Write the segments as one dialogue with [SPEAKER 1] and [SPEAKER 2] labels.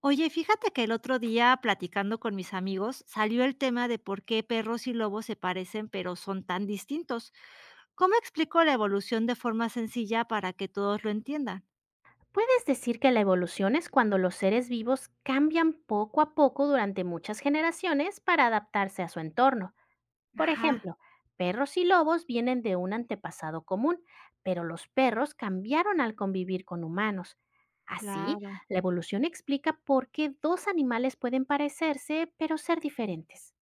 [SPEAKER 1] Oye, fíjate que el otro día, platicando con mis amigos, salió el tema de por qué perros y lobos se parecen pero son tan distintos. ¿Cómo explico la evolución de forma sencilla para que todos lo entiendan?
[SPEAKER 2] Puedes decir que la evolución es cuando los seres vivos cambian poco a poco durante muchas generaciones para adaptarse a su entorno. Por
[SPEAKER 1] Ajá,
[SPEAKER 2] ejemplo, perros y lobos vienen de un antepasado común, pero los perros cambiaron al convivir con humanos. Así,
[SPEAKER 1] claro.
[SPEAKER 2] la evolución explica por qué dos animales pueden parecerse pero ser diferentes.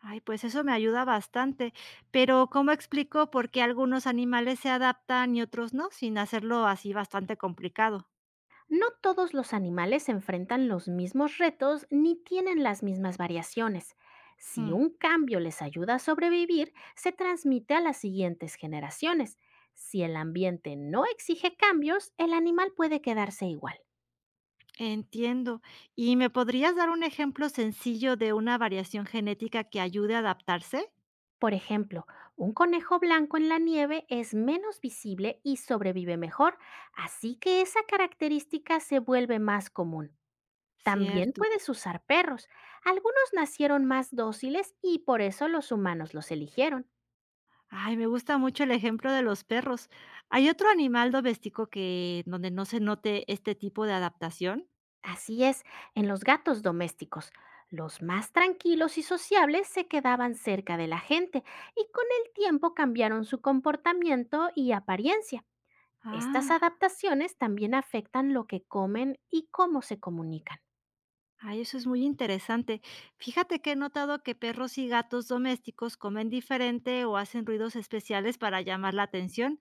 [SPEAKER 1] Ay, pues eso me ayuda bastante. Pero ¿cómo explico por qué algunos animales se adaptan y otros no, sin hacerlo así bastante complicado?
[SPEAKER 2] No todos los animales enfrentan los mismos retos ni tienen las mismas variaciones. Si
[SPEAKER 1] Hmm,
[SPEAKER 2] un cambio les ayuda a sobrevivir, se transmite a las siguientes generaciones. Si el ambiente no exige cambios, el animal puede quedarse igual.
[SPEAKER 1] Entiendo. ¿Y me podrías dar un ejemplo sencillo de una variación genética que ayude a adaptarse?
[SPEAKER 2] Por ejemplo, un conejo blanco en la nieve es menos visible y sobrevive mejor, así que esa característica se vuelve más común. También
[SPEAKER 1] Cierto.
[SPEAKER 2] puedes usar perros. Algunos nacieron más dóciles y por eso los humanos los eligieron.
[SPEAKER 1] Ay, me gusta mucho el ejemplo de los perros. ¿Hay otro animal doméstico que donde no se note este tipo de adaptación?
[SPEAKER 2] Así es, en los gatos domésticos, los más tranquilos y sociables se quedaban cerca de la gente y con el tiempo cambiaron su comportamiento y apariencia. Estas
[SPEAKER 1] Ah,
[SPEAKER 2] adaptaciones también afectan lo que comen y cómo se comunican.
[SPEAKER 1] ay, eso es muy interesante. Fíjate que he notado que perros y gatos domésticos comen diferente o hacen ruidos especiales para llamar la atención.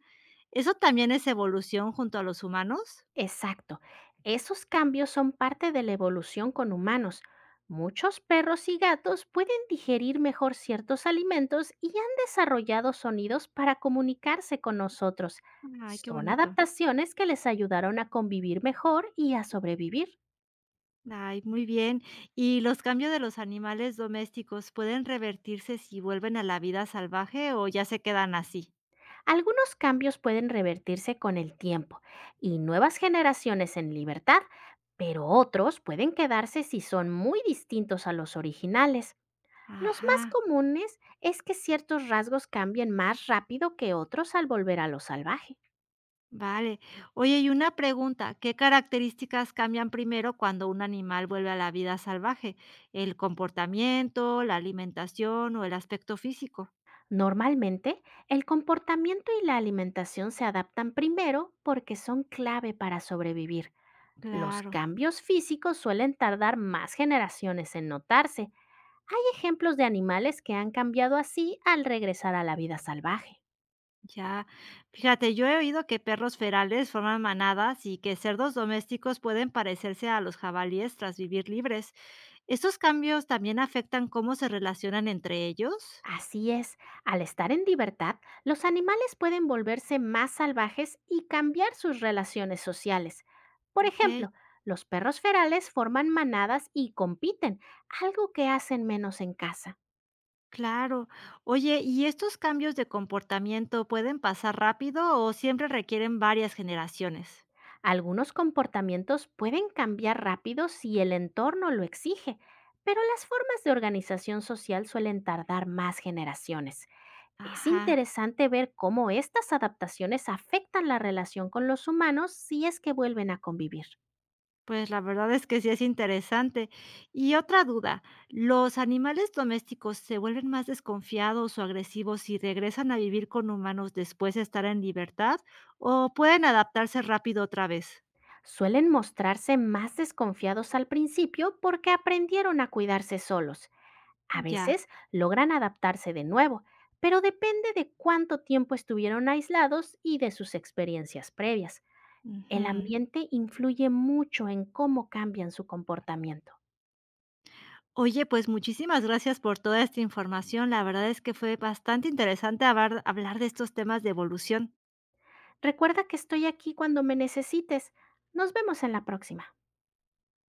[SPEAKER 1] ¿Eso también es evolución junto a los humanos?
[SPEAKER 2] Exacto. Esos cambios son parte de la evolución con humanos. Muchos perros y gatos pueden digerir mejor ciertos alimentos y han desarrollado sonidos para comunicarse con nosotros.
[SPEAKER 1] Ay, qué
[SPEAKER 2] Son
[SPEAKER 1] bonito.
[SPEAKER 2] adaptaciones que les ayudaron a convivir mejor y a sobrevivir.
[SPEAKER 1] Ay, muy bien. ¿Y los cambios de los animales domésticos pueden revertirse si vuelven a la vida salvaje o ya se quedan así?
[SPEAKER 2] Algunos cambios pueden revertirse con el tiempo y nuevas generaciones en libertad, pero otros pueden quedarse si son muy distintos a los originales. Los más
[SPEAKER 1] Ajá.
[SPEAKER 2] comunes es que ciertos rasgos cambien más rápido que otros al volver a lo salvaje.
[SPEAKER 1] Vale. Oye, y una pregunta, ¿qué características cambian primero cuando un animal vuelve a la vida salvaje? ¿El comportamiento, la alimentación o el aspecto físico?
[SPEAKER 2] Normalmente, el comportamiento y la alimentación se adaptan primero porque son clave para sobrevivir. Los
[SPEAKER 1] Claro,
[SPEAKER 2] cambios físicos suelen tardar más generaciones en notarse. Hay ejemplos de animales que han cambiado así al regresar a la vida salvaje.
[SPEAKER 1] ya. Fíjate, yo he oído que perros ferales forman manadas y que cerdos domésticos pueden parecerse a los jabalíes tras vivir libres. ¿Estos cambios también afectan cómo se relacionan entre ellos?
[SPEAKER 2] Así es, al estar en libertad, los animales pueden volverse más salvajes y cambiar sus relaciones sociales. Por
[SPEAKER 1] Ok.
[SPEAKER 2] ejemplo, los perros ferales forman manadas y compiten, algo que hacen menos en casa.
[SPEAKER 1] Claro. Oye, ¿y estos cambios de comportamiento pueden pasar rápido o siempre requieren varias generaciones?
[SPEAKER 2] Algunos comportamientos pueden cambiar rápido si el entorno lo exige, pero las formas de organización social suelen tardar más generaciones. Es
[SPEAKER 1] Ajá,
[SPEAKER 2] interesante ver cómo estas adaptaciones afectan la relación con los humanos si es que vuelven a convivir.
[SPEAKER 1] pues la verdad es que sí es interesante. Y otra duda, ¿los animales domésticos se vuelven más desconfiados o agresivos si regresan a vivir con humanos después de estar en libertad o pueden adaptarse rápido otra vez?
[SPEAKER 2] Suelen mostrarse más desconfiados al principio porque aprendieron a cuidarse solos. A
[SPEAKER 1] Ya.
[SPEAKER 2] veces logran adaptarse de nuevo, pero depende de cuánto tiempo estuvieron aislados y de sus experiencias previas.
[SPEAKER 1] Ujú.
[SPEAKER 2] El ambiente influye mucho en cómo cambian su comportamiento.
[SPEAKER 1] Oye, pues muchísimas gracias por toda esta información. La verdad es que fue bastante interesante hablar de estos temas de evolución.
[SPEAKER 2] Recuerda que estoy aquí cuando me necesites. Nos vemos en la próxima.